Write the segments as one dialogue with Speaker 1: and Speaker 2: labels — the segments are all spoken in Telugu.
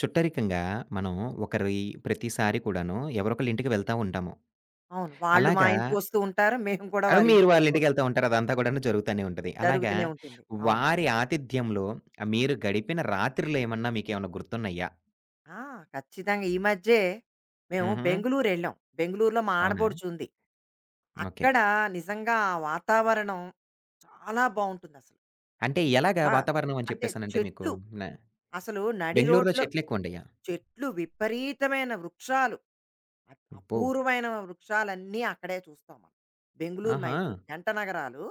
Speaker 1: చుట్టరికంగా మనం ఒకరి ప్రతిసారి కూడాను ఎవరొకళ్ళ ఇంటికి వెళ్తా ఉంటాము.
Speaker 2: అవును. వాళ్ళు మా
Speaker 1: అలాగా
Speaker 2: ఇంటికొస్తూ ఉంటారు. మేము కూడా వాళ్ళ
Speaker 1: మీరు వాళ్ళ
Speaker 2: ఇంటికెళ్తూ ఉంటాం.
Speaker 1: ఇంటికెళ్తా ఉంటారు. అదంతా కూడాను జరుగుతానే ఉంటది. అలాగా
Speaker 2: జరుగుతూనే ఉంటుంది. అవును.
Speaker 1: వారి ఆతిథ్యంలో మీరు గడిపిన రాత్రులేమన్నా మీకేమన్నా గుర్తున్నాయా?
Speaker 2: ఆ! ఖచ్చితంగా. ఈ మధ్యే మేము
Speaker 1: హుహు.
Speaker 2: బెంగుళూరెళ్ళాం. బెంగుళూరులో మా
Speaker 1: అవునా?
Speaker 2: ఆడపడుచుంది.
Speaker 1: ఓకే.
Speaker 2: అక్కడ నిజంగా ఆ వాతావరణం చాలా బావుంటుందసలు.
Speaker 1: అంటే
Speaker 2: ఇ
Speaker 1: ఎలాగా
Speaker 2: ఆ!
Speaker 1: వాతావరణం అని
Speaker 2: అంటే
Speaker 1: చెప్పేసనంటే మీకు?
Speaker 2: చెట్లు.
Speaker 1: న
Speaker 2: అసలు నడి
Speaker 1: బెంగుళూరులో
Speaker 2: రోడ్లో
Speaker 1: చెట్లెక్కువుండయా?
Speaker 2: చెట్లు విపరీతమైన వృక్షాలు. అ
Speaker 1: అబ్బో!
Speaker 2: అపూర్వమైన వృక్షాలన్నీ అక్కడే చూస్తాం మనం. బెంగుళూరు,
Speaker 1: ఆహా!
Speaker 2: మైసూర్ జంట నగరాలు.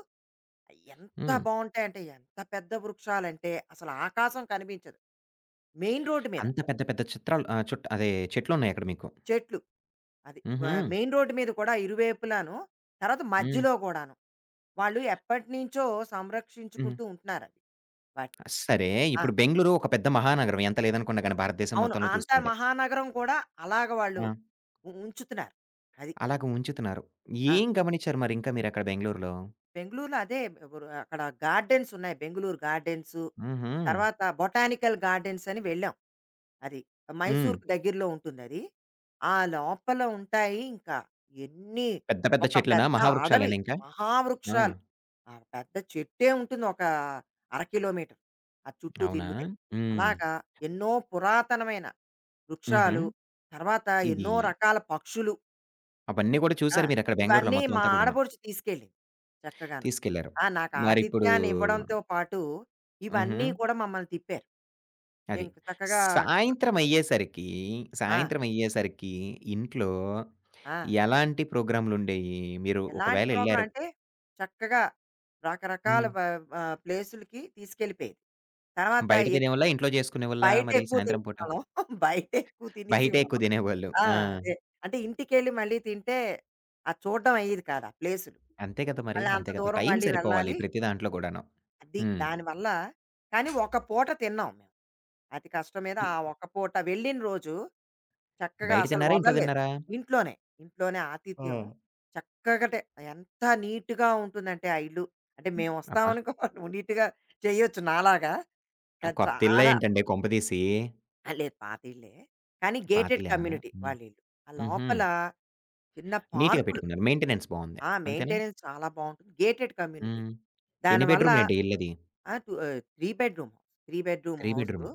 Speaker 2: ఎంత
Speaker 1: హ్మ్.
Speaker 2: బావుంటాయంటే, ఎంత పెద్ద వృక్షాలంటే అసలు ఆకాశం కనిపించదు. మెయిన్ రోడ్డు మీద
Speaker 1: అంత పెద్ద పెద్ద చిత్రాలు చుట్ అదే చెట్లున్నాయక్కడ మీకు.
Speaker 2: చెట్లు. అది వ
Speaker 1: హుహు.
Speaker 2: మెయిన్ రోడ్డు మీద కూడా ఇరువైపులాను. తర్వాత
Speaker 1: హ్మ్.
Speaker 2: మధ్యలో గూడాను. వాళ్ళు ఎప్పటినుంచో
Speaker 1: హ్మ్.
Speaker 2: సంరక్షించుకుంటూ ఉంటున్నారవి వాటిని.
Speaker 1: సరే.
Speaker 2: ఆ!
Speaker 1: ఇప్పుడు బెంగుళూరు ఒక పెద్ద మహానగరం. ఎంత లేదనుకున్నా గాని భారతదేశం
Speaker 2: అవును.
Speaker 1: మొత్తంలో
Speaker 2: అంత
Speaker 1: చూసుకుంటే.
Speaker 2: మహానగరం కూడా అలాగ వాళ్ళు
Speaker 1: ఆ!
Speaker 2: ఉంచుతున్నారు. అది.
Speaker 1: అలాగ ఉంచుతున్నారు.
Speaker 2: ఆ!
Speaker 1: ఏం గమనిచ్చారు మరింకా మీరక్కడ బెంగుళూరులో?
Speaker 2: బెంగుళూరులో అదే అక్కడ గార్డెన్స్ ఉన్నాయి. బెంగుళూరు గార్డెన్సు,
Speaker 1: హుహు.
Speaker 2: తర్వాత బొటానికల్ గార్డెన్స్ అని వెళ్ళాం. అది.
Speaker 1: హ్మ్.
Speaker 2: మైసూర్‌కి దగ్గరలో ఉంటుందది. ఆ లోపల ఉంటాయి ఇంకా ఎన్ని
Speaker 1: పెద్ద పెద్ద
Speaker 2: ఒక
Speaker 1: చెట్లేనా?
Speaker 2: పెద్ద అడవి.
Speaker 1: మహావృక్షాలేనా ఇంకా? ఆ!
Speaker 2: మహావృక్షాలు. ఆ పెద్ద చెట్టే ఉంటుంది ఒక అర కిలోమీటర్. ఆ చుట్టూ
Speaker 1: అవునా?
Speaker 2: తిరిగితే.
Speaker 1: హ్మ్.
Speaker 2: అలాగా ఎన్నో పురాతనమైన
Speaker 1: హుహు.
Speaker 2: వృక్షాలు, తర్వాత
Speaker 1: ఇది
Speaker 2: ఎన్నో రకాల పక్షులు.
Speaker 1: అవన్నీ గూడా
Speaker 2: ఆ!
Speaker 1: చూసారు మీరక్కడ బెంగుళూరులో
Speaker 2: ఇవన్నీ
Speaker 1: మొత్తం
Speaker 2: మా
Speaker 1: అంతా కూడాను.
Speaker 2: ఆడపడుచు తీసుకెళ్ళింది చక్కగాను.
Speaker 1: తీసుకెళ్లారు.
Speaker 2: ఆ! నాకు
Speaker 1: మరిప్పుడు
Speaker 2: ఆతిథ్యాన్ని ఇవ్వడంతో పాటు
Speaker 1: హుహు.
Speaker 2: ఇవన్నీ కూడా మమ్మల్ని తిప్పారు.
Speaker 1: అది.
Speaker 2: మేము చక్కగా
Speaker 1: సాయంత్రమయ్యేసరికి,
Speaker 2: ఆ!
Speaker 1: సాయంత్రమయ్యేసరికి ఇంట్లో
Speaker 2: ఆ!
Speaker 1: ఎలాంటి ప్రోగ్రామ్‌లుండేయి? మీరు
Speaker 2: ఎలాంటి
Speaker 1: ఒకవేళ
Speaker 2: ప్రోగ్రాం
Speaker 1: ఎళ్లారు
Speaker 2: అంటే చక్కగా రకరకాల
Speaker 1: హ్మ్.
Speaker 2: ప్లేసులకి తీసుకెళ్ళిపోయేది తర్వాత
Speaker 1: బయట
Speaker 2: ఎక్-
Speaker 1: తినేవాళ్ళా? ఇంట్లో చేసుకునేవాళ్ళా
Speaker 2: బయట
Speaker 1: మరి
Speaker 2: ఎక్కువ
Speaker 1: సాయంత్రం పూట?
Speaker 2: తినేవాళ్ళం బయట ఎక్కువ తినేసి
Speaker 1: బయటే ఎక్కువ
Speaker 2: వాళ్ళం.
Speaker 1: తినేవాళ్ళు.
Speaker 2: ఆ,
Speaker 1: ఆ!
Speaker 2: అదే అంటే ఇంటికి వెళ్ళి మళ్ళీ తింటే ఆ చూడడం అయ్యేది కాదు ఆ ప్లేసులు
Speaker 1: అంతే కదా మరి.
Speaker 2: మళ్ళీ అంత
Speaker 1: అంతే కదా!
Speaker 2: దూరం
Speaker 1: టైం
Speaker 2: మళ్ళీ
Speaker 1: సరిపోవాలి
Speaker 2: వెళ్ళాలి
Speaker 1: ప్రతి దాంట్లో గూడాను.
Speaker 2: అది
Speaker 1: హ్మ్.
Speaker 2: దానివల్ల కానీ ఒక పూట తిన్నాం మేము అతి కష్టం మీద
Speaker 1: ఇ
Speaker 2: ఆ ఒక్క పూట వెళ్ళిన రోజు చక్కగా
Speaker 1: బయట
Speaker 2: అసలు
Speaker 1: తిన్నారా? ఇంట్లో
Speaker 2: వదలలేదు.
Speaker 1: తిన్నారా?
Speaker 2: ఇంట్లోనే, ఇంట్లోనే ఆతిథ్యం
Speaker 1: హ్మ్.
Speaker 2: చక్కగటే ఎంత నీట్‌గా ఉంటుందంటే ఆ ఇల్లు. అంటే
Speaker 1: అబ్బా!
Speaker 2: మేమొస్తామనుకో నువ్వు నీట్‌గా చేయొచ్చు నాలాగా. కానీ
Speaker 1: కొత్తిల్లా
Speaker 2: చాలా
Speaker 1: ఏంటండి కొంపదీసి?
Speaker 2: ఆ! లేదు పాత ఇల్లే. కానీ గేటెడ్
Speaker 1: పాతిల్లేనా?
Speaker 2: కమ్యూనిటీ
Speaker 1: హ్మ్.
Speaker 2: వాళ్ళిల్లు. ఆ
Speaker 1: హుహు.
Speaker 2: లోపల చిన్న
Speaker 1: నీట్‌గా
Speaker 2: పార్కులు
Speaker 1: పెట్టుకున్నారు. మెయింటెనెన్స్ బావుంది.
Speaker 2: ఆ!
Speaker 1: అంతేనా?
Speaker 2: మెయింటెనెన్స్ చాలా బావుంటుంది. Gated community.
Speaker 1: హ్మ్. ఎన్ని
Speaker 2: దానివల్ల
Speaker 1: బెడ్‌రూమ్ ఏంటి ఇల్లది?
Speaker 2: ఆ! 3 బెడ్‌రూమ్, 3 బెడ్‌రూమ్
Speaker 1: 3
Speaker 2: హౌసు
Speaker 1: బెడ్‌రూమ్.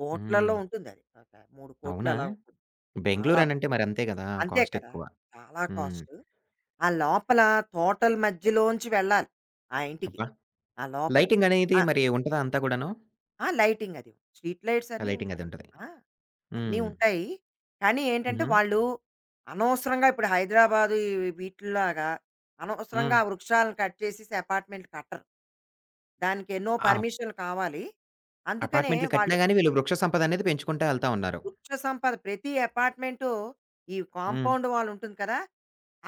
Speaker 2: కోట్లల్లో
Speaker 1: హ్మ్.
Speaker 2: ఉంటుందది. ఒక 3 కోట్లు
Speaker 1: అవునా?
Speaker 2: అలా ఉంటుంది. చాలా
Speaker 1: బెంగుళూరు
Speaker 2: బా
Speaker 1: అనంటే మరి అంతే గదా!
Speaker 2: అంతే
Speaker 1: కాస్ట్
Speaker 2: కదా!
Speaker 1: ఎక్కువ.
Speaker 2: చాలా
Speaker 1: హ్మ్.
Speaker 2: కాస్టు. ఆ లోపల తోటల మధ్యలోంచి వెళ్ళాలి ఆ ఇంటికి.
Speaker 1: అబ్బా!
Speaker 2: ఆ లోపల.
Speaker 1: లైటింగ్ అనేది
Speaker 2: ఆ!
Speaker 1: మరి ఉంటదా అంతా గూడాను?
Speaker 2: ఆ! లైటింగ్ అది. స్ట్రీట్ లైట్స్ అన్నీ
Speaker 1: లైటింగ్
Speaker 2: ఉంటాయి.
Speaker 1: అది ఉంటది.
Speaker 2: ఆ! అన్నీ
Speaker 1: హ్మ్.
Speaker 2: ఉంటాయి. కానీ ఏంటంటే
Speaker 1: హుహు.
Speaker 2: వాళ్ళు అనవసరంగా ఇప్పుడు హైదరాబాదు ఈ వీటిల్లాగా అనవసరంగా
Speaker 1: హ్మ్.
Speaker 2: ఆ వృక్షాలను కట్ చేసేసి అపార్ట్మెంట్లు కట్టరు. దానికెన్నో
Speaker 1: ఆ!
Speaker 2: పర్మిషన్‌లు కావాలి. అందుకనే
Speaker 1: అపార్ట్‌మెంట్లు కట్టినా
Speaker 2: వాళ్ళు
Speaker 1: గాని వీళ్ళు వృక్ష సంపదనేది పెంచుకుంటా ఎళ్తా ఉన్నారు.
Speaker 2: వృక్ష సంపద ప్రతి అపార్ట్మెంటు ఈ
Speaker 1: హ్మ్.
Speaker 2: కాంపౌండ్ వాల్ ఉంటుంది కదా!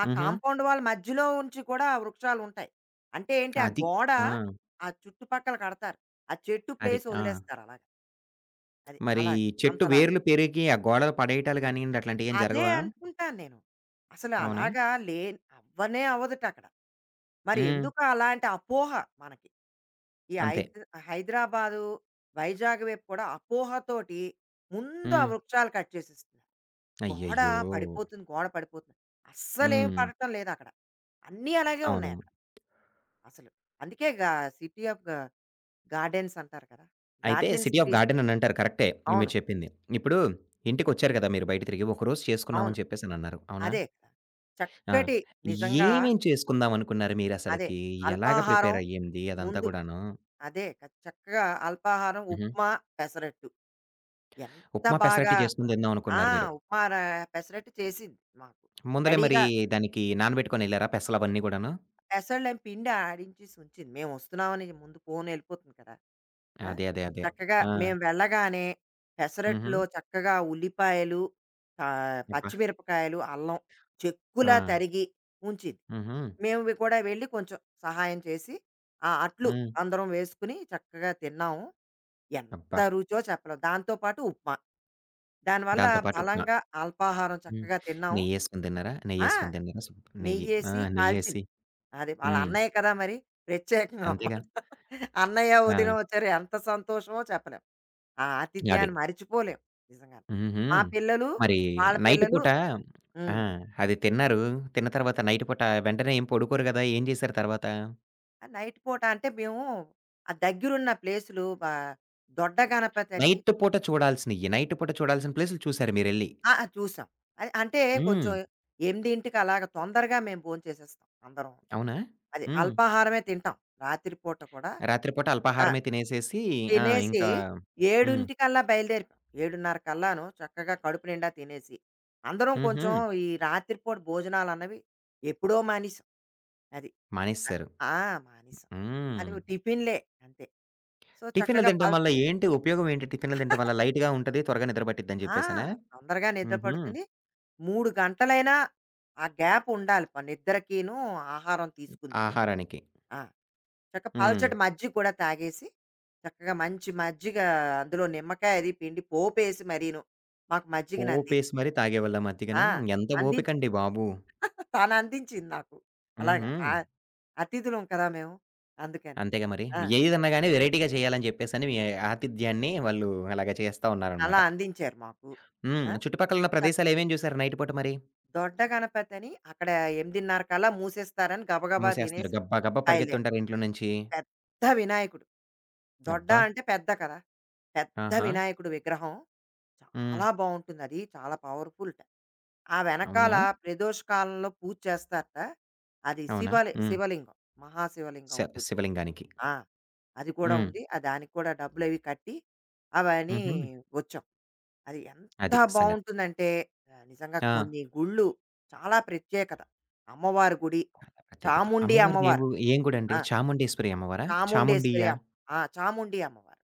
Speaker 2: ఆ
Speaker 1: హుహు.
Speaker 2: కాంపౌండ్ వాల్ మధ్యలో ఉంచి కూడా వృక్షాలుంటాయి. అంటే ఏంటి ఆ
Speaker 1: అది.
Speaker 2: గోడ
Speaker 1: ఆ!
Speaker 2: ఆ చుట్టుపక్కల కడతారు. ఆ చెట్టు
Speaker 1: అది.
Speaker 2: ప్లేస్
Speaker 1: ఆ!
Speaker 2: వదిలేస్తారు అలాగా. అది.
Speaker 1: మరి
Speaker 2: అలాగా.
Speaker 1: చెట్టు
Speaker 2: అంతలాగా.
Speaker 1: వేర్లు పెరిగి ఆ గోడలు పడేయటాలు గానియండి అట్లాంటియేం
Speaker 2: అదే
Speaker 1: జరగవా?
Speaker 2: అనుకుంటాను నేను. అసలు
Speaker 1: అవునా?
Speaker 2: అలాగా లే అవ్వనే అవ్వదుటక్కడ. మరి
Speaker 1: హ్మ్.
Speaker 2: ఎందుకు అలాంటి అపోహ మనకి? ఈ
Speaker 1: అంతే.
Speaker 2: హైద్ హైదరాబాదు, వైజాగ్ వైపు కూడా అపోహతోటి ముందు ఆ
Speaker 1: హ్మ్.
Speaker 2: వృక్షాలు కట్ చేసేస్తున్నారు. గోడ
Speaker 1: అయ్యయ్యో!
Speaker 2: గోడ పడిపోతుంది. అస్సలేమి
Speaker 1: హ్మ్.
Speaker 2: పడటం లేదక్కడ. అన్నీ అలాగే
Speaker 1: అవును.
Speaker 2: ఉన్నాయక్కడ. అసలు. అందుకే గా సిటీ ఆఫ్ గా గార్డెన్స్ అంటారు కదా!
Speaker 1: అయితే
Speaker 2: garden
Speaker 1: city of
Speaker 2: cities
Speaker 1: garden అనంటారు కరెక్టే మీరు
Speaker 2: అవును.
Speaker 1: చెప్పింది. ఇప్పుడు ఇంటికొచ్చారు కదా! మీరు బయట తిరిగి ఒకరోజు
Speaker 2: అవును.
Speaker 1: చేసుకున్నామని చెప్పేసనన్నారు. అవునా?
Speaker 2: అదే కదా!
Speaker 1: ఆ!
Speaker 2: చక్కటి నిజంగా
Speaker 1: ఏమేం చేసుకుందాం అనుకున్నారు
Speaker 2: అదే.
Speaker 1: మీరసలకి? ఎలాగా
Speaker 2: అల్పాహారం
Speaker 1: ప్రిపేర్ అయ్యింది అదంతా
Speaker 2: ముందు
Speaker 1: కూడాను?
Speaker 2: అదే చక్కగా అల్పాహారం
Speaker 1: హుహు.
Speaker 2: ఉప్మా, పెసరట్టు. ఎంత
Speaker 1: ఉప్మా, పెసరట్టి
Speaker 2: బాగా
Speaker 1: చేసుకొని
Speaker 2: ఆ!
Speaker 1: తిందామనుకున్నారు మీరు.
Speaker 2: ఉప్మా ర పెసరట్టు చేసింది మాకు.
Speaker 1: ముందలే మరి
Speaker 2: రెడీగా
Speaker 1: దానికి నానబెట్టుకొనెళ్లారా పెసలవన్నీ గూడాను?
Speaker 2: పెసళ్ళని పిండి ఆడించేసి ఉంచింది. మేము వస్తున్నామని ముందు ఫోన్ వెళ్ళిపోతుంది కదా! ఆ!
Speaker 1: అదే. అదే. అదే.
Speaker 2: చక్కగా
Speaker 1: ఆ!
Speaker 2: మేము వెళ్ళగానే
Speaker 1: హుహు.
Speaker 2: పెసరట్లో చక్కగా ఉల్లిపాయలు,
Speaker 1: అబ్బా!
Speaker 2: పచ్చిమిరపకాయలు, అల్లం చెక్కులా
Speaker 1: ఆ!
Speaker 2: తరిగి ఉంచింది.
Speaker 1: హుహు.
Speaker 2: మేము కూడా వెళ్ళి కొంచెం సహాయం చేసి, ఆ అట్లు
Speaker 1: హ్మ్.
Speaker 2: అందరం వేసుకుని చక్కగా తిన్నాము. ఎంత
Speaker 1: అబ్బా!
Speaker 2: రుచో చెప్పలేం. దాంతో పాటు ఉప్మా. దానివల్ల
Speaker 1: దాంతో పాటు ఉప్మా.
Speaker 2: బలంగా అల్పాహారం
Speaker 1: హ్మ్.
Speaker 2: చక్కగా తిన్నాము.
Speaker 1: నెయ్యేసుకొని తిన్నారా?
Speaker 2: ఆ!
Speaker 1: నెయ్యేసుకొని తిన్నారా? సూప్ నెయ్యి. ఆ!
Speaker 2: నెయ్యేసి
Speaker 1: నెయ్యేసి.
Speaker 2: కాల్చింది. అది వాళ్ళ
Speaker 1: హ్మ్.
Speaker 2: అన్నయ్య కదా మరి! ప్రత్యేకంగా
Speaker 1: అంతేగా.
Speaker 2: అన్నమాట. అన్నయ్య,
Speaker 1: ఆ!
Speaker 2: వదిన వచ్చారు. ఎంత సంతోషమో చెప్పలేం. ఆ
Speaker 1: అది.
Speaker 2: ఆతిథ్యాన్ని మరిచిపోలేం నిజంగాను.
Speaker 1: హుహు.
Speaker 2: మా పిల్లలు,
Speaker 1: మరి
Speaker 2: వాళ్ళ
Speaker 1: నైట్
Speaker 2: పిల్లలు
Speaker 1: పూట ఆ!
Speaker 2: హ్మ్.
Speaker 1: అది తిన్నారు. తిన్న తర్వాత నైట్ పూట వెంటనే ఏం పడుకోరు గదా! ఏం జేశారు తర్వాత?
Speaker 2: ఆ నైట్ పూట అంటే మేము ఆ దగ్గరున్న ప్లేసులు బా దొడ్డ గణపతి అని
Speaker 1: నైట్ పూట చూడాల్సినియి. నైట్ పూట చూడాల్సిన ప్లేసులు చూసారు మీరెళ్లి.
Speaker 2: ఆ! ఆ! చూసాం. అది అంటే
Speaker 1: హ్మ్.
Speaker 2: కొంచెం 8కి అలాగ తొందరగా మేము భోంచేసేస్తాం అందరం.
Speaker 1: అవునా?
Speaker 2: అది
Speaker 1: హ్మ్.
Speaker 2: అల్పాహారమే తింటాం రాత్రి పూట కూడా.
Speaker 1: రాత్రి పూట అల్పాహారమే తినేసేసి ఆ!
Speaker 2: తినేసి
Speaker 1: ఇంకా హ్మ్.
Speaker 2: 7:00కల్లా బయలుదేరిపోయాం. 7:30 కల్లాను చక్కగా కడుపు నిండా తినేసి, అందరం
Speaker 1: హుహు.
Speaker 2: కొంచెం ఈ రాత్రిపూట భోజనాలన్నవి ఎప్పుడో మానేసాం. అది.
Speaker 1: మానేసేసారు.
Speaker 2: ఆ! మానేసాం. అది
Speaker 1: హ్మ్.
Speaker 2: టిఫిన్‌లే అంతే. సో,
Speaker 1: టిఫిన్‌లు
Speaker 2: చక్కగా
Speaker 1: తినడం
Speaker 2: పల్
Speaker 1: వల్ల ఏంటి ఉపయోగం ఏంటి టిఫిన్‌లు తినడం వల్ల? లైట్‌గా ఉంటది, త్వరగా నిద్ర పట్టిద్దని
Speaker 2: ఆ!
Speaker 1: చెప్పేసనా?
Speaker 2: తొందరగా నిద్ర
Speaker 1: హుహు.
Speaker 2: పడుతుంది. 3 గంటలైనా ఆ గ్యాప్ ఉండాలి. నిద్రకీను, ఆహారం తీసుకుందుకీను.
Speaker 1: ఆహారానికి.
Speaker 2: ఆ!
Speaker 1: హ్మ్.
Speaker 2: పల్చటి మజ్జిగ కూడా తాగేసి, చక్కగా మంచి మజ్జిగ అందులో నిమ్మకాయ అది పిండి పోపేసి మరీను, మాకు మజ్జిగనందించింది.
Speaker 1: పోపేసి మరి తాగేవాళ్ళా
Speaker 2: ఆ!
Speaker 1: మజ్జిగను? ఎంత
Speaker 2: అందించింది.
Speaker 1: ఓపికండి బాబు!
Speaker 2: తనందించింది నాకు. అలాగా.
Speaker 1: హుహు.
Speaker 2: ఆ! అతిథులం కదా మేము. అందుకని.
Speaker 1: అంతేగా మరి.
Speaker 2: ఆ!
Speaker 1: ఏదన్నా గాని వెరైటీగా చేయాలని చెప్పేసని మీ ఆతిథ్యాన్ని వాళ్ళు అలాగ చేస్తా
Speaker 2: అలా
Speaker 1: ఉన్నారనమాట.
Speaker 2: అందించారు మాకు.
Speaker 1: హ్మ్.
Speaker 2: ఆ!
Speaker 1: చుట్టుపక్కల ఉన్న
Speaker 2: చక్క
Speaker 1: ప్రదేశాలేమేం చూసారు నైట్ పూట మరి?
Speaker 2: దొడ్డ గణపతని అక్కడ 8:30 కల్లా మూసేస్తారని గబగబా
Speaker 1: మూసేస్తారు.
Speaker 2: తినేసి
Speaker 1: గబ్బా గబ్బా
Speaker 2: బయలుదేరాం.
Speaker 1: పరిగెత్తుంటారు ఇంట్లో నుంచి.
Speaker 2: పెద్ద వినాయకుడు. దొడ్డ
Speaker 1: అబ్బా!
Speaker 2: అంటే పెద్ద కదా! పెద్ద
Speaker 1: ఆహా!
Speaker 2: వినాయకుడు విగ్రహం.
Speaker 1: హ్మ్.
Speaker 2: చాలా బావుంటుందది. చాలా పవర్‌ఫుల్‌ట. ఆ వెనకాల
Speaker 1: అవునా?
Speaker 2: ప్రదోష కాలంలో పూజ చేస్తారట. అది
Speaker 1: అవునా? హ్మ్.
Speaker 2: శివలింగం.
Speaker 1: శ
Speaker 2: మహాశివలింగం ఉంటుందక్కడ.
Speaker 1: శివలింగానికి.
Speaker 2: ఆ! అది కూడా
Speaker 1: హ్మ్.
Speaker 2: ఉంది. ఆ దానికి కూడా డబ్బులవి కట్టి అవన్నీ
Speaker 1: హుహు.
Speaker 2: వచ్చాం. అది ఎంత
Speaker 1: అది సంగతి.
Speaker 2: బావుంటుందంటే నిజంగా
Speaker 1: ఆ!
Speaker 2: కొన్ని గుళ్ళు చాలా ప్రత్యేకత. అమ్మవారి గుడి,
Speaker 1: చాలా ప్రత్యేకత.
Speaker 2: చాముండి
Speaker 1: అమ్మవారి
Speaker 2: అమ్మవారు.
Speaker 1: దేవు ఏం గుడండి?
Speaker 2: ఆ!
Speaker 1: చాముండేశ్వరి అమ్మవారా?
Speaker 2: చాముండేశ్వరి
Speaker 1: చాముండియా?
Speaker 2: అమ్మ. ఆ! చాముండి అమ్మవారు.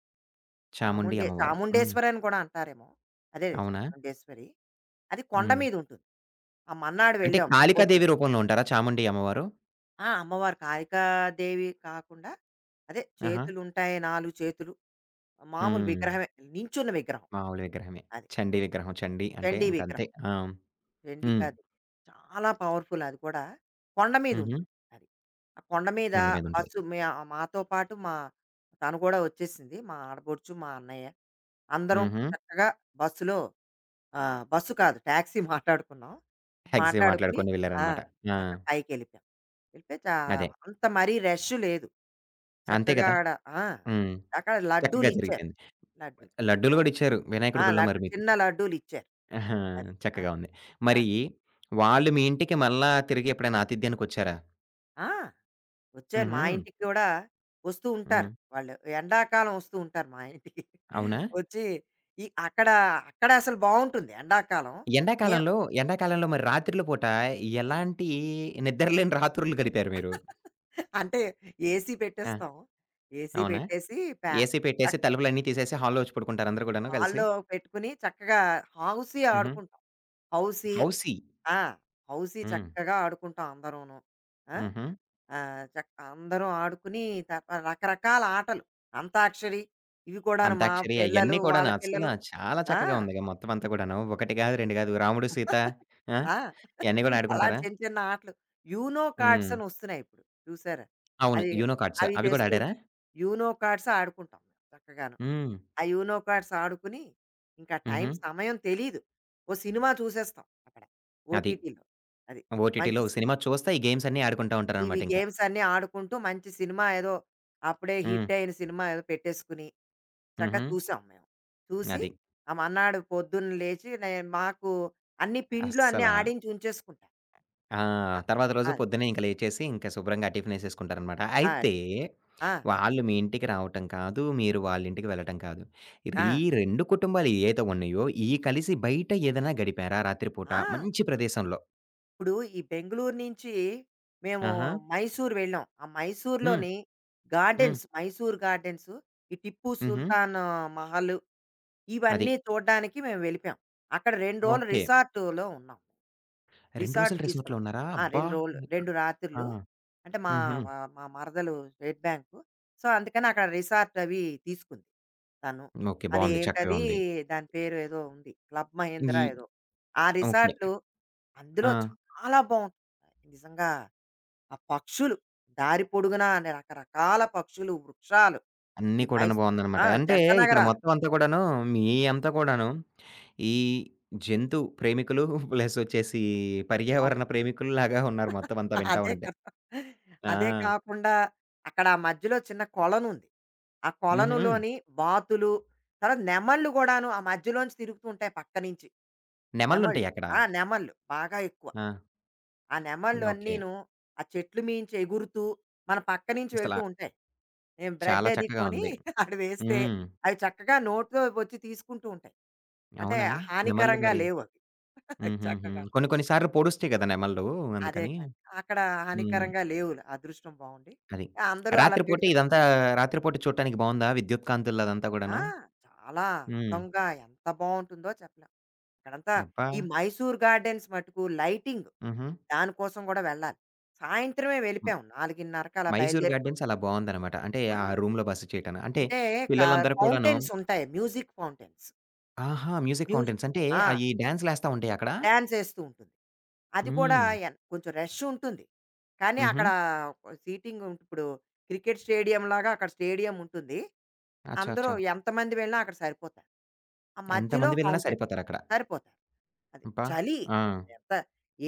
Speaker 1: చాముండి అమ్మవారు. హ్మ్.
Speaker 2: చాముండేశ్వరి అని కూడా అంటారేమో! అదేలే
Speaker 1: అవునా?
Speaker 2: చాముండేశ్వరి. అది కొండ
Speaker 1: హ్మ్.
Speaker 2: మీదుంటుంది. ఆ మన్నాడు
Speaker 1: అంటే
Speaker 2: వెళ్ళాం పొద్దున.
Speaker 1: కాళికాదేవి రూపంలో ఉంటారా చాముండి అమ్మవారు?
Speaker 2: ఆ! అమ్మవారు కాళికాదేవి కాకుండా అదే
Speaker 1: ఆహా!
Speaker 2: చేతులుంటాయి 4 చేతులు. మామూలు
Speaker 1: హ్మ్.
Speaker 2: విగ్రహమే. నించున్న విగ్రహం.
Speaker 1: మామూలు విగ్రహమే.
Speaker 2: అది.
Speaker 1: చండీ
Speaker 2: మా
Speaker 1: విగ్రహం. చండీ అంటే
Speaker 2: చండీ
Speaker 1: ఇంకంతే.
Speaker 2: విగ్రహం.
Speaker 1: ఆ! హ్మ్.
Speaker 2: చండికాదేవి. చాలా పవర్‌ఫుల్ అది కూడా. కొండ మీద
Speaker 1: హుహు.
Speaker 2: ఉంటుంది అది. ఆ కొండ మీద
Speaker 1: కొండ మీద ఉంటది.
Speaker 2: బస్సు మే మాతో పాటు తను కూడా వచ్చేసింది. మా ఆడపడుచు, మా అన్నయ్య. అందరం
Speaker 1: హుహు.
Speaker 2: చక్కగా బస్సులో బస్సు కాదు టాక్సీ మాట్లాడుకున్నాం.
Speaker 1: ఎగ్స్‌వి
Speaker 2: మాట్లాడుకుని
Speaker 1: మాట్లాడుకొని
Speaker 2: ఆ!
Speaker 1: వెళ్లారనమాట. ఆ!
Speaker 2: అక్కడ పైకెళ్ళిపోయాం. వెళ్తే చా
Speaker 1: అదే.
Speaker 2: అంత మరీ రష్ లేదు.
Speaker 1: అంతే
Speaker 2: చక్కగా
Speaker 1: గదా!
Speaker 2: ఆడ ఆ!
Speaker 1: హ్మ్.
Speaker 2: అక్కడ
Speaker 1: చక్కగా
Speaker 2: లడ్డూలిచ్చారు.
Speaker 1: జరిగిపోయింది.
Speaker 2: లడ్డూలు.
Speaker 1: లడ్డూలు
Speaker 2: ఆ!
Speaker 1: గూడా ఇచ్చారు.
Speaker 2: ఆ!
Speaker 1: వినాయకుడి గుళ్ళో మరి మీకు.
Speaker 2: చిన్న లడ్డూలిచ్చారు.
Speaker 1: ఆహా!
Speaker 2: అది. ఆ!
Speaker 1: చక్కగా ఉంది.
Speaker 2: ఆ!
Speaker 1: మరి వాళ్ళు మీ ఇంటికి మళ్ళా తిరిగి ఎప్పుడైనా ఆతిథ్యానికొచ్చారా?
Speaker 2: ఆ! వచ్చారు మా
Speaker 1: హుహు.
Speaker 2: ఇంటికి కూడా వస్తూ ఉంటారు
Speaker 1: హ్మ్.
Speaker 2: వాళ్ళు. ఎండాకాలం వస్తూ ఉంటారు మా ఇంటికి.
Speaker 1: అవునా?
Speaker 2: వచ్చి ఈ అక్కడ, అక్కడ అసలు బావుంటుంది ఎండాకాలం. మేము
Speaker 1: ఎండాకాలంలో ఎండాకాలంలో మరి రాత్రుల పూట ఎలాంటి నిద్రలేని రాత్రులు గడిపారు మీరు?
Speaker 2: అంటే ఏసీ
Speaker 1: ఆ!
Speaker 2: పెట్టేస్తాం. ఏసీ
Speaker 1: అవునా?
Speaker 2: పెట్టేసి ప్యా
Speaker 1: ఏసీ పెట్టేసి,
Speaker 2: చక్
Speaker 1: తలుపులన్నీ తీసేసి హాల్‌లో వచ్చి పడుకుంటారు అందరూ గూడాను కలిసి?
Speaker 2: హాల్‌లో పెట్టుకుని చక్కగా హౌసీ
Speaker 1: హుహు.
Speaker 2: ఆడుకుంటాం. Housie
Speaker 1: housie.
Speaker 2: ఆ! హౌసీ
Speaker 1: హ్మ్.
Speaker 2: చక్కగా ఆడుకుంటాం అందరూను. ఆ!
Speaker 1: హుహు.
Speaker 2: ఆహ్, చక్ అందరం ఆడుకుని రకరకాల ఆటలు. అంతాక్షరి ఇవి కూడాను మా
Speaker 1: అంతాక్షరి
Speaker 2: పిల్లలు,
Speaker 1: అయన్నీ
Speaker 2: వాళ్ళ
Speaker 1: కూడాను అసల
Speaker 2: పిల్లలు
Speaker 1: చాలా
Speaker 2: ఆ!
Speaker 1: చక్కగా ఉందిగా మొత్తం అంతా కూడాను. ఒకటి గాదు, 2 గాదు. రాముడు, సీత ఆ!
Speaker 2: ఆ!
Speaker 1: ఇయన్నీ గూడా
Speaker 2: అలాంటి
Speaker 1: ఆడుకుంటారా?
Speaker 2: చిన్న చిన్న ఆటలు. యూనో కార్డ్స్
Speaker 1: హ్మ్.
Speaker 2: అని వస్తున్నాయి ఇప్పుడు చూసారా?
Speaker 1: అవును.
Speaker 2: అది
Speaker 1: యూనో కార్డ్స్
Speaker 2: అవి
Speaker 1: అవి గూడా
Speaker 2: తెస్తూ
Speaker 1: ఆడారా?
Speaker 2: ఉంటాం. యూనో కార్డ్స్ ఆడుకుంటాం మేము చక్కగాను.
Speaker 1: హ్మ్.
Speaker 2: ఆ యూనో కార్డ్స్ ఆడుకుని ఇంకా టైం
Speaker 1: హుహు.
Speaker 2: సమయం తెలీదు. ఓ సినిమా చూసేస్తాం అక్కడ
Speaker 1: అది.
Speaker 2: ఓటీటీలో. అది. మంచి
Speaker 1: ఓటీటీలో
Speaker 2: సినిమా
Speaker 1: సినిమా చూస్తా ఈ గేమ్స్ అన్నీ ఆడుకుంటా
Speaker 2: ఇవి
Speaker 1: ఉంటారనమాట ఇంకా.
Speaker 2: గేమ్స్ అన్నీ ఆడుకుంటూ మంచి సినిమా ఏదో అప్పుడే
Speaker 1: హ్మ్.
Speaker 2: హిట్ అయిన సినిమా ఏదో పెట్టేసుకుని చక్కగా
Speaker 1: హుహు.
Speaker 2: చూసాం మేము. చూసి
Speaker 1: అది.
Speaker 2: ఆ మర్నాడు పొద్దున్న లేచి నేను మాకు అన్ని పిండ్లు అన్నీ
Speaker 1: అస్సల
Speaker 2: ఆడించి ఉంచేసుకుంటా.
Speaker 1: ఆ! తర్వాత
Speaker 2: ఆ!
Speaker 1: రోజు
Speaker 2: అది.
Speaker 1: పొద్దున్నే ఇంక లేచేసి ఇంక శుభ్రంగా ఆ టిఫినేసేసుకుంటారనమాట.
Speaker 2: ఆ!
Speaker 1: అయితే వాళ్ళు మీ ఇంటికి రావటం కాదు, మీరు వాళ్ళింటికి వెళ్ళటం కాదు.
Speaker 2: ఆ! ఆ!
Speaker 1: ఈ 2 కుటుంబాలు ఏయైతే ఉన్నాయో, ఇయి కలిసి బయట ఏదైనా గడిపారా రాత్రి పూట
Speaker 2: ఆ!
Speaker 1: మంచి ప్రదేశంలో?
Speaker 2: ఇప్పుడు ఈ బెంగుళూరు నుంచి మేము
Speaker 1: ఆహా!
Speaker 2: మైసూర్ వెళ్ళాం. ఆ
Speaker 1: హ్మ్.
Speaker 2: మైసూర్‌లోని
Speaker 1: హ్మ్.
Speaker 2: గార్డెన్స్ మైసూర్ గార్డెన్స్ ఈ టిప్పు
Speaker 1: హుహు.
Speaker 2: సుల్తాన్ మహల్
Speaker 1: అది.
Speaker 2: ఇవన్నీ చూడ్డానికి మేము వెళ్ళిపోయాం. అక్కడ 2 రోజులు
Speaker 1: ఓకే.
Speaker 2: రిసార్ట్‌లో ఉన్నాం.
Speaker 1: 2
Speaker 2: రిసార్ట్
Speaker 1: రోజులు రిసార్ట్‌లో
Speaker 2: తీసుకున్నాం.
Speaker 1: ఉన్నారా?
Speaker 2: ఆ!
Speaker 1: అబ్బా!
Speaker 2: 2 రోజులు 2
Speaker 1: ఆ!
Speaker 2: రాత్రులు. అంటే మా
Speaker 1: హుహు.
Speaker 2: మా మా మరదలు స్టేట్ బ్యాంకు. సో, అందుకని అక్కడ రిసార్ట్ అవి తీసుకుంది తను.
Speaker 1: ఓకే.
Speaker 2: అది
Speaker 1: బావుంది. చక్కగా
Speaker 2: ఏంటది
Speaker 1: ఉంది.
Speaker 2: దాని పేరు ఏదో ఉంది. క్లబ్ మహేంద్ర
Speaker 1: ఈ
Speaker 2: ఏదో. ఆ రిసార్ట్‌లు
Speaker 1: ఓకే.
Speaker 2: అందులో
Speaker 1: ఆ!
Speaker 2: చాలా బావుంటుంది. నిజంగా ఆ పక్షులు దారి పొడుగునా అన్ని రకరకాల పక్షులు, వృక్షాలు.
Speaker 1: అన్నీ
Speaker 2: ఈ
Speaker 1: కూడాను
Speaker 2: మైస్ ఆ!
Speaker 1: బావుందనమాట. అంటే
Speaker 2: జంట
Speaker 1: ఇక్కడ
Speaker 2: నగరాలు.
Speaker 1: మొత్తం అంతా కూడాను మీ అంతా కూడాను ఈ జంతు ప్రేమికులు ప్లస్ వచ్చేసి
Speaker 2: అవును.
Speaker 1: పర్యావరణ ప్రేమికుల్లాగా ఉన్నారు మొత్తం అంతా వింటా
Speaker 2: అదే
Speaker 1: ఉంటే.
Speaker 2: కదా!
Speaker 1: ఆ!
Speaker 2: అదే కాకుండా అక్కడ ఆ మధ్యలో చిన్న కొలనుంది. ఆ
Speaker 1: హుహు.
Speaker 2: కొలనులోని వాతులు, తర్వాత నెమళ్ళు గూడాను ఆ మధ్యలోంచి తిరుగుతూ ఉంటాయి పక్క నుంచి. నెమళ్ళు.
Speaker 1: నెమళ్ళుంటాయి అక్కడ.
Speaker 2: ఆ! నెమళ్ళు బాగా ఎక్కువ.
Speaker 1: ఆ!
Speaker 2: ఆ నెమళ్ళు
Speaker 1: ఓకే.
Speaker 2: అన్నీను ఆ చెట్లు మీంచి ఎగురుతూ మన పక్క నుంచి వెళ్తూ
Speaker 1: అసల
Speaker 2: ఉంటాయి. మేము బ్రెడ్
Speaker 1: చాలా
Speaker 2: అది
Speaker 1: చక్కగా
Speaker 2: కొని
Speaker 1: ఉంది.
Speaker 2: అక్కడ వేస్తే
Speaker 1: హ్మ్.
Speaker 2: అవి చక్కగా నోట్లో వచ్చి తీసుకుంటూ ఉంటాయి. అంటే
Speaker 1: అవునా? నెమళ్ళు
Speaker 2: హానికరంగా
Speaker 1: మరి
Speaker 2: లేవు అవి.
Speaker 1: హుహుహు.
Speaker 2: చక్కగా.
Speaker 1: కొన్ని కొన్ని సార్లు పొడుస్తాయి కదా! నెమళ్ళు
Speaker 2: అదే
Speaker 1: అందుకని.
Speaker 2: కానీ అక్కడ
Speaker 1: హ్మ్.
Speaker 2: హానికరంగా లేవు. అదృష్టం బావుండి.
Speaker 1: అది.
Speaker 2: అందరూ అలా
Speaker 1: రాత్రి పూట
Speaker 2: పెడుతున్నారు.
Speaker 1: ఇదంతా రాత్రి పూట చూడటానికి బావుందా? విద్యుత్ కాంతుల్లో అదంతా
Speaker 2: ఆ!
Speaker 1: గూడాను?
Speaker 2: చాలా
Speaker 1: హ్మ్.
Speaker 2: అందంగా ఎంత బావుంటుందో చెప్పలేం. అక్కడంతా
Speaker 1: అబ్బా!
Speaker 2: ఈ మైసూర్ గార్డెన్స్ మటుకు లైటింగ్
Speaker 1: హుహు.
Speaker 2: దానికోసం గూడా వెళ్ళాలి. సాయంత్రమే
Speaker 1: హ్మ్.
Speaker 2: వెళ్ళిపోయాం 4:30కి అలా
Speaker 1: 'మైసూర్
Speaker 2: బయలుదేరిపో
Speaker 1: గార్డెన్స్' అలా బావుందనమాట. అంటే
Speaker 2: ఆ!
Speaker 1: ఆ రూమ్‌లో బస చేయటాన. అంటే
Speaker 2: అంటే క
Speaker 1: పిల్లలందరూ కూడాను
Speaker 2: ఫౌంటైన్స్ ఉంటాయి. Music fountains.
Speaker 1: ఆహా! మ్యూజిక్
Speaker 2: మ్యూజి
Speaker 1: ఫౌంటెన్స్ అంటే
Speaker 2: ఆ!
Speaker 1: అయి డాన్స్‌లేస్తా ఉంటాయా అక్కడ?
Speaker 2: డాన్స్ ఏస్తూ ఉంటుంది. అది కూడా
Speaker 1: హ్మ్.
Speaker 2: కొంచెం రష్ ఉంటుంది. కానీ
Speaker 1: హుహు.
Speaker 2: అక్కడ సీటింగ్ ఇప్పుడు క్రికెట్ స్టేడియంలాగా అక్కడ స్టేడియం ఉంటుంది.
Speaker 1: అచ్చా!
Speaker 2: అందరూ
Speaker 1: అచ్చా!
Speaker 2: ఎంతమంది వెళ్ళినా అక్కడ సరిపోతారు. ఆ మధ్యలో
Speaker 1: ఎంతమంది వెళ్ళినా
Speaker 2: ఫౌంటైన్
Speaker 1: సరిపోతారక్కడ.
Speaker 2: సరిపోతారు. అది
Speaker 1: అబ్బా!
Speaker 2: చలి.
Speaker 1: ఆ!
Speaker 2: ఎంత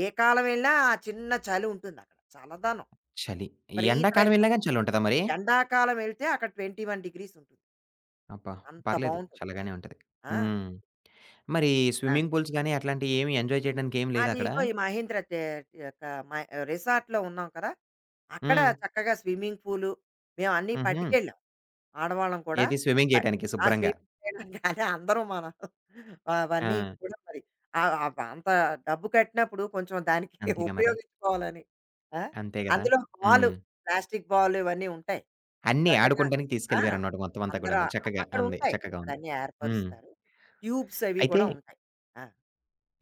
Speaker 2: ఏ కాలం వెళ్ళినా ఆ చిన్న చలి ఉంటుందక్కడ. చల్లదనం.
Speaker 1: చలి.
Speaker 2: విపరీతమైన
Speaker 1: ఎండాకాలం ఎళ్ళినా
Speaker 2: చలి.
Speaker 1: గాని చలుంటదా మరి?
Speaker 2: ఎండాకాలం వెళ్తే అక్కడ 21 డిగ్రీస్ ఉంటుంది.
Speaker 1: అబ్బా!
Speaker 2: అంత
Speaker 1: పర్లేదు
Speaker 2: బావుంటుంది
Speaker 1: చల్లగానే
Speaker 2: అది.
Speaker 1: ఉంటది.
Speaker 2: ఆ!
Speaker 1: హ్మ్. మరి
Speaker 2: ఆ!
Speaker 1: స్విమ్మింగ్ పూల్స్ గాని అట్లాంటియేమి ఎంజాయ్ చేయడానికి ఏమి లేదా
Speaker 2: అది
Speaker 1: అక్కడ?
Speaker 2: ఇగో ఈ మహీంద్ర యొక్క మ రిసార్ట్‌లో ఉన్నాం కదా! అక్కడ
Speaker 1: హ్మ్.
Speaker 2: చక్కగా స్విమ్మింగ్ పూలు మేమన్నీ
Speaker 1: హుహు.
Speaker 2: పట్టుకెళ్ళాం. ఆడవాళ్ళం కూడా
Speaker 1: ఏది స్విమ్మింగ్
Speaker 2: ఆ
Speaker 1: జేయటానికి
Speaker 2: ఆ
Speaker 1: శుభ్రంగా.
Speaker 2: స్వీట్ చేయడం కానీ అందరూ మనం అవన్నీ
Speaker 1: ఆ!
Speaker 2: కూడా మరి ఆ- ఆ అంత డబ్బు కట్టినప్పుడు కొంచెం దానికి
Speaker 1: అంతేగా మరి.
Speaker 2: ఉపయోగించుకోవాలని ఆ?
Speaker 1: అంతే గదా!
Speaker 2: అందులో బాల్
Speaker 1: హ్మ్.
Speaker 2: ప్లాస్టిక్ బాల్ ఇవన్నీ ఉంటాయి
Speaker 1: అన్నీ
Speaker 2: చక్కగా
Speaker 1: ఆడుకుంటానికి
Speaker 2: ఆ,
Speaker 1: తీసుకెళ్ళిపోయారనమాట మొత్తం అంతా
Speaker 2: అందరూ
Speaker 1: కూడాను.
Speaker 2: అ-
Speaker 1: చక్కగా
Speaker 2: అక్కడ
Speaker 1: అంది.
Speaker 2: ఉంటాయి
Speaker 1: చక్కగా
Speaker 2: అక్కడ
Speaker 1: ఉంది.
Speaker 2: అన్ని
Speaker 1: హ్మ్.
Speaker 2: ఏర్పరుస్తారు ట్యూబ్స్ అవి
Speaker 1: అయితే
Speaker 2: కూడా ఉంటాయి ఆ,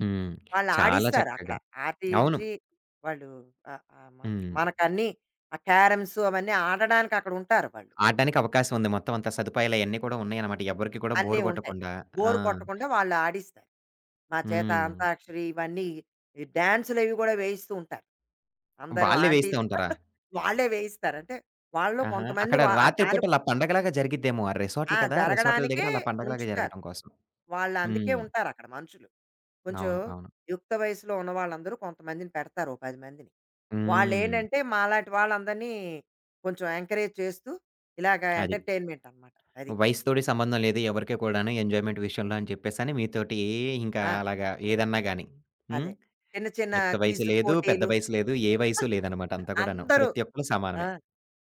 Speaker 1: హ్మ్.
Speaker 2: వాళ్ళు
Speaker 1: చాలా
Speaker 2: ఆడిస్తారు అక్కడ
Speaker 1: చక్కగా. అవును.
Speaker 2: ఆడించి వాళ్ళు
Speaker 1: హ్మ్.
Speaker 2: మనకన్నీ ఆ క్యారమ్స్ అవన్నీ ఆడడానికి అక్కడ ఉంటారు వాళ్ళు
Speaker 1: ఆడడానికి అవకాశం ఉంది. మొత్తం అంతా సదుపాయాలయన్నీ కూడా ఉన్నాయన్నమాట. ఎవ్వరికీ కూడా
Speaker 2: అన్నీ
Speaker 1: బోర్
Speaker 2: ఉంటాయి.
Speaker 1: కొట్టకుండా. ఆ!
Speaker 2: బోర్ కొట్టకుండా వాళ్ళు ఆడిస్తారు. మా చేత
Speaker 1: హ్మ్.
Speaker 2: అంతాక్షరి ఇవన్నీ ఈ డాన్సులవి గూడా వేయిస్తూ ఉంటారు. అందరూ
Speaker 1: వాళ్ళే వేయిస్తా
Speaker 2: ఆంటీలు
Speaker 1: ఉంటారా?
Speaker 2: వాళ్ళే వేయిస్తారు. అంటే వాళ్ళలో
Speaker 1: ఆహా!
Speaker 2: కొంతమంది
Speaker 1: అక్కడ
Speaker 2: ఆ
Speaker 1: రాత్రి
Speaker 2: దాని
Speaker 1: పూట అలా పండగలాగా జరిగిద్దేమో. ఆ రిసార్ట్‌లు
Speaker 2: ఆ!
Speaker 1: కదా! రిసార్ట్‌ల
Speaker 2: జరగడానికే
Speaker 1: దగ్గర అలా పండగలాగా
Speaker 2: ఉంచుతారు.
Speaker 1: జరగటం కోసం.
Speaker 2: వాళ్ళు అందుకే
Speaker 1: హ్మ్.
Speaker 2: ఉంటారక్కడ మనుషులు. కొంచెం
Speaker 1: అవును. అవును.
Speaker 2: యుక్త వయసులో ఉన్న వాళ్ళందరూ కొంతమందిని పెడతారు. ఓ 10 మందిని.
Speaker 1: హ్మ్.
Speaker 2: వాళ్ళేంటంటే మాలాంటి వాళ్ళందరినీ కొంచెం ఎంకరేజ్ చేస్తూ ఇలాగ
Speaker 1: అది.
Speaker 2: ఎంటర్‌టైన్‌మెంట్ అనమాట. అది.
Speaker 1: వయసుతోటి సంబంధం లేదు ఎవరికీ కూడాను ఎంజాయ్‌మెంట్ విషయంలో అని చెప్పేసని మీతోటి ఇంకా
Speaker 2: ఆ!
Speaker 1: అలాగా ఏదన్నా గాని. హ్మ్.
Speaker 2: అదే. చిన్న చిన్న
Speaker 1: యుక్త వయసు
Speaker 2: క్విజ్
Speaker 1: లేదు, పెద్ద
Speaker 2: పోటీలు
Speaker 1: వయసు లేదు, ఏ వయసు లేదనమాట అంతా కూడాను.
Speaker 2: అందరూ
Speaker 1: ప్రతి ఒక్కళ్ళు
Speaker 2: ఆ!
Speaker 1: సమానమే.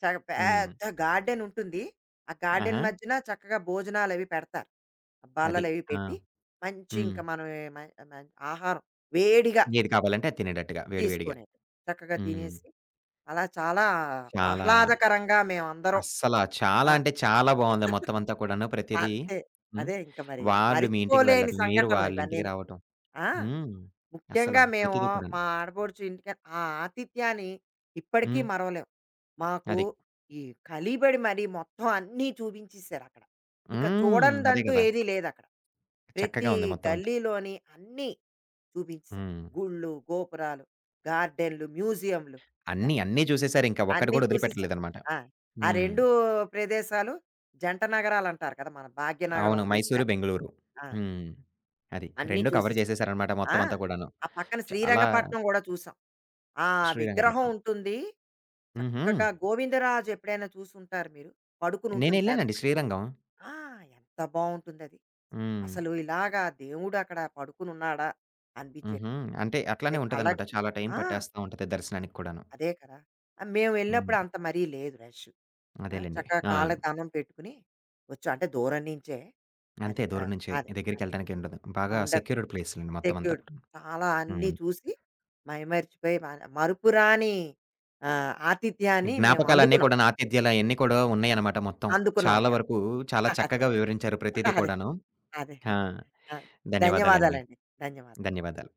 Speaker 2: చ
Speaker 1: హ్మ్.
Speaker 2: పెద్ద గార్డెన్ ఉంటుంది. ఆ గార్డెన్
Speaker 1: ఆహా!
Speaker 2: మధ్యన చక్కగా భోజనాలవి పెడతారు.
Speaker 1: అది.
Speaker 2: బల్లలవి
Speaker 1: ఆ!
Speaker 2: పెట్టి, మంచి ఇంక
Speaker 1: హ్మ్.
Speaker 2: మనం ఏ మ మ ఆహారం వేడిగా
Speaker 1: ఏది కావాలంటే అది తినేటట్టుగా వేడి వేడిగా.
Speaker 2: తీసుకునేది. చక్కగా
Speaker 1: హ్మ్.
Speaker 2: తినేసి, అలా చాలా
Speaker 1: చాలా
Speaker 2: ఆహ్లాదకరంగా మేమందరం
Speaker 1: అస్సల చాలా
Speaker 2: ఆ!
Speaker 1: అంటే చాలా బావుంది మొత్తమంతా కూడాను ప్రతిదీ.
Speaker 2: అంతే.
Speaker 1: హ్మ్.
Speaker 2: అదే ఇంక మరి
Speaker 1: వాళ్ళు మీ ఇంటికి
Speaker 2: మరిచిపోలేని
Speaker 1: వెళ్ళడం, మీరు
Speaker 2: సంఘటనలు
Speaker 1: వాళ్ళింటికి
Speaker 2: ఇవన్నీను.
Speaker 1: రావటం.
Speaker 2: ఆ!
Speaker 1: హ్మ్. అస్సల
Speaker 2: ముఖ్యంగా మేము
Speaker 1: ప్రతిది కూడాను.
Speaker 2: మా ఆడపడుచు ఇంటికి ఆ ఆతిథ్యాన్ని ఇప్పటికీ
Speaker 1: హ్మ్.
Speaker 2: మరవలేం. మాకు
Speaker 1: అది.
Speaker 2: ఈ కలిబడి మరి మొత్తం అన్నీ చూపించేసారు అక్కడ. ఇంకా
Speaker 1: హ్మ్. అదే
Speaker 2: చూడనిదంటూ
Speaker 1: కదా!
Speaker 2: ఏదీ లేదక్కడ. ప్రతి
Speaker 1: చక్కగా ఉంది మొత్తమంతా.
Speaker 2: గల్లీలోని అన్నీ చూపించేసారు.
Speaker 1: హ్మ్.
Speaker 2: గుళ్ళు, గోపురాలు, గార్డెన్‌లు, మ్యూజియంలు ఇంకా
Speaker 1: అన్నీ, అన్నీ చూసేసారింక. ఒక్కటి
Speaker 2: అన్నీ
Speaker 1: కూడా
Speaker 2: చూసేసాం.
Speaker 1: వదిలిపెట్టలేదనమాట.
Speaker 2: ఆ! ఆ
Speaker 1: హ్మ్.
Speaker 2: 2 ప్రదేశాలు జంట నగరాలంటారు కదా! మన భాగ్యనగరం
Speaker 1: అవును.
Speaker 2: వీటిలో.
Speaker 1: మైసూరు, బెంగుళూరు.
Speaker 2: ఆ!
Speaker 1: హ్మ్. అది.
Speaker 2: అన్నీ
Speaker 1: 2 కవర్
Speaker 2: చూసేసాం.
Speaker 1: చేసేసారనమాట
Speaker 2: ఆ!
Speaker 1: మొత్తమంతా కూడాను.
Speaker 2: ఆ పక్కన
Speaker 1: చాలా
Speaker 2: శ్రీరంగపట్నం గూడా చూసాం. ఆ విగ్రహం
Speaker 1: శ్రీరంగపట్నం.
Speaker 2: ఉంటుంది.
Speaker 1: హుహు.
Speaker 2: చక్కగా గోవిందరాజు ఎప్పుడైనా చూసుంటారు మీరు. పడుకునుంటుంది పెద్ద
Speaker 1: నేనెళ్ళానండి శ్రీరంగం.
Speaker 2: ఆ! ఎంత బావుంటుందది.
Speaker 1: హ్మ్.
Speaker 2: అసలు ఇలాగా దేవుడక్కడ పడుకునున్నాడా
Speaker 1: హుహు.
Speaker 2: అనిపించేటట్టు.
Speaker 1: అంటే
Speaker 2: అది
Speaker 1: అట్లానే ఉంటదనమాట.
Speaker 2: కళ్ళకి
Speaker 1: చాలా టైం
Speaker 2: ఆ!
Speaker 1: పట్టేస్తా ఉంటది దర్శనానికి కూడాను.
Speaker 2: అదే కదా! మేము వెళ్ళినప్పుడు
Speaker 1: హ్మ్.
Speaker 2: అంత మరీ లేదు రష్. ఆ!
Speaker 1: అదేలెండి.
Speaker 2: చక్కగా
Speaker 1: ఆ!
Speaker 2: కాళ్ళకి దండం పెట్టుకుని, వచ్చు అంటే దూరం నుంచే. అది.
Speaker 1: అంతే
Speaker 2: ఆ!
Speaker 1: దూరం నుంచే.
Speaker 2: అదే.
Speaker 1: దగ్గరికెళ్ళటానికేముండదు.
Speaker 2: ఆ!
Speaker 1: బాగా
Speaker 2: ఉండదు.
Speaker 1: సెక్యూర్డ్ ప్లేసులండి మొత్తమంతా
Speaker 2: సెక్యూర్డ్.
Speaker 1: కూడాను.
Speaker 2: చాలా అన్నీ
Speaker 1: హ్మ్.
Speaker 2: చూసి మైమరిచిపోయి మరుపురాని ఆతిథ్యాన్ని మేము
Speaker 1: జ్ఞాపకాలన్నీ
Speaker 2: అందుకున్నాం.
Speaker 1: కూడాను, ఆతిథ్యాలయన్నీ కూడా ఉన్నాయన్నమాట మొత్తం.
Speaker 2: అందుకున్నాం
Speaker 1: చాలా
Speaker 2: మేము.
Speaker 1: వరకు చాలా
Speaker 2: అదే.
Speaker 1: చక్కగా వివరించారు ప్రతీది
Speaker 2: అదే.
Speaker 1: కూడాను.
Speaker 2: అదే.
Speaker 1: ఆ!
Speaker 2: ఆ!
Speaker 1: ధన్యవాదాలండి.
Speaker 2: ధన్యవాదాలండి. ధన్యవాదాలు.
Speaker 1: ధన్యవాదాలు.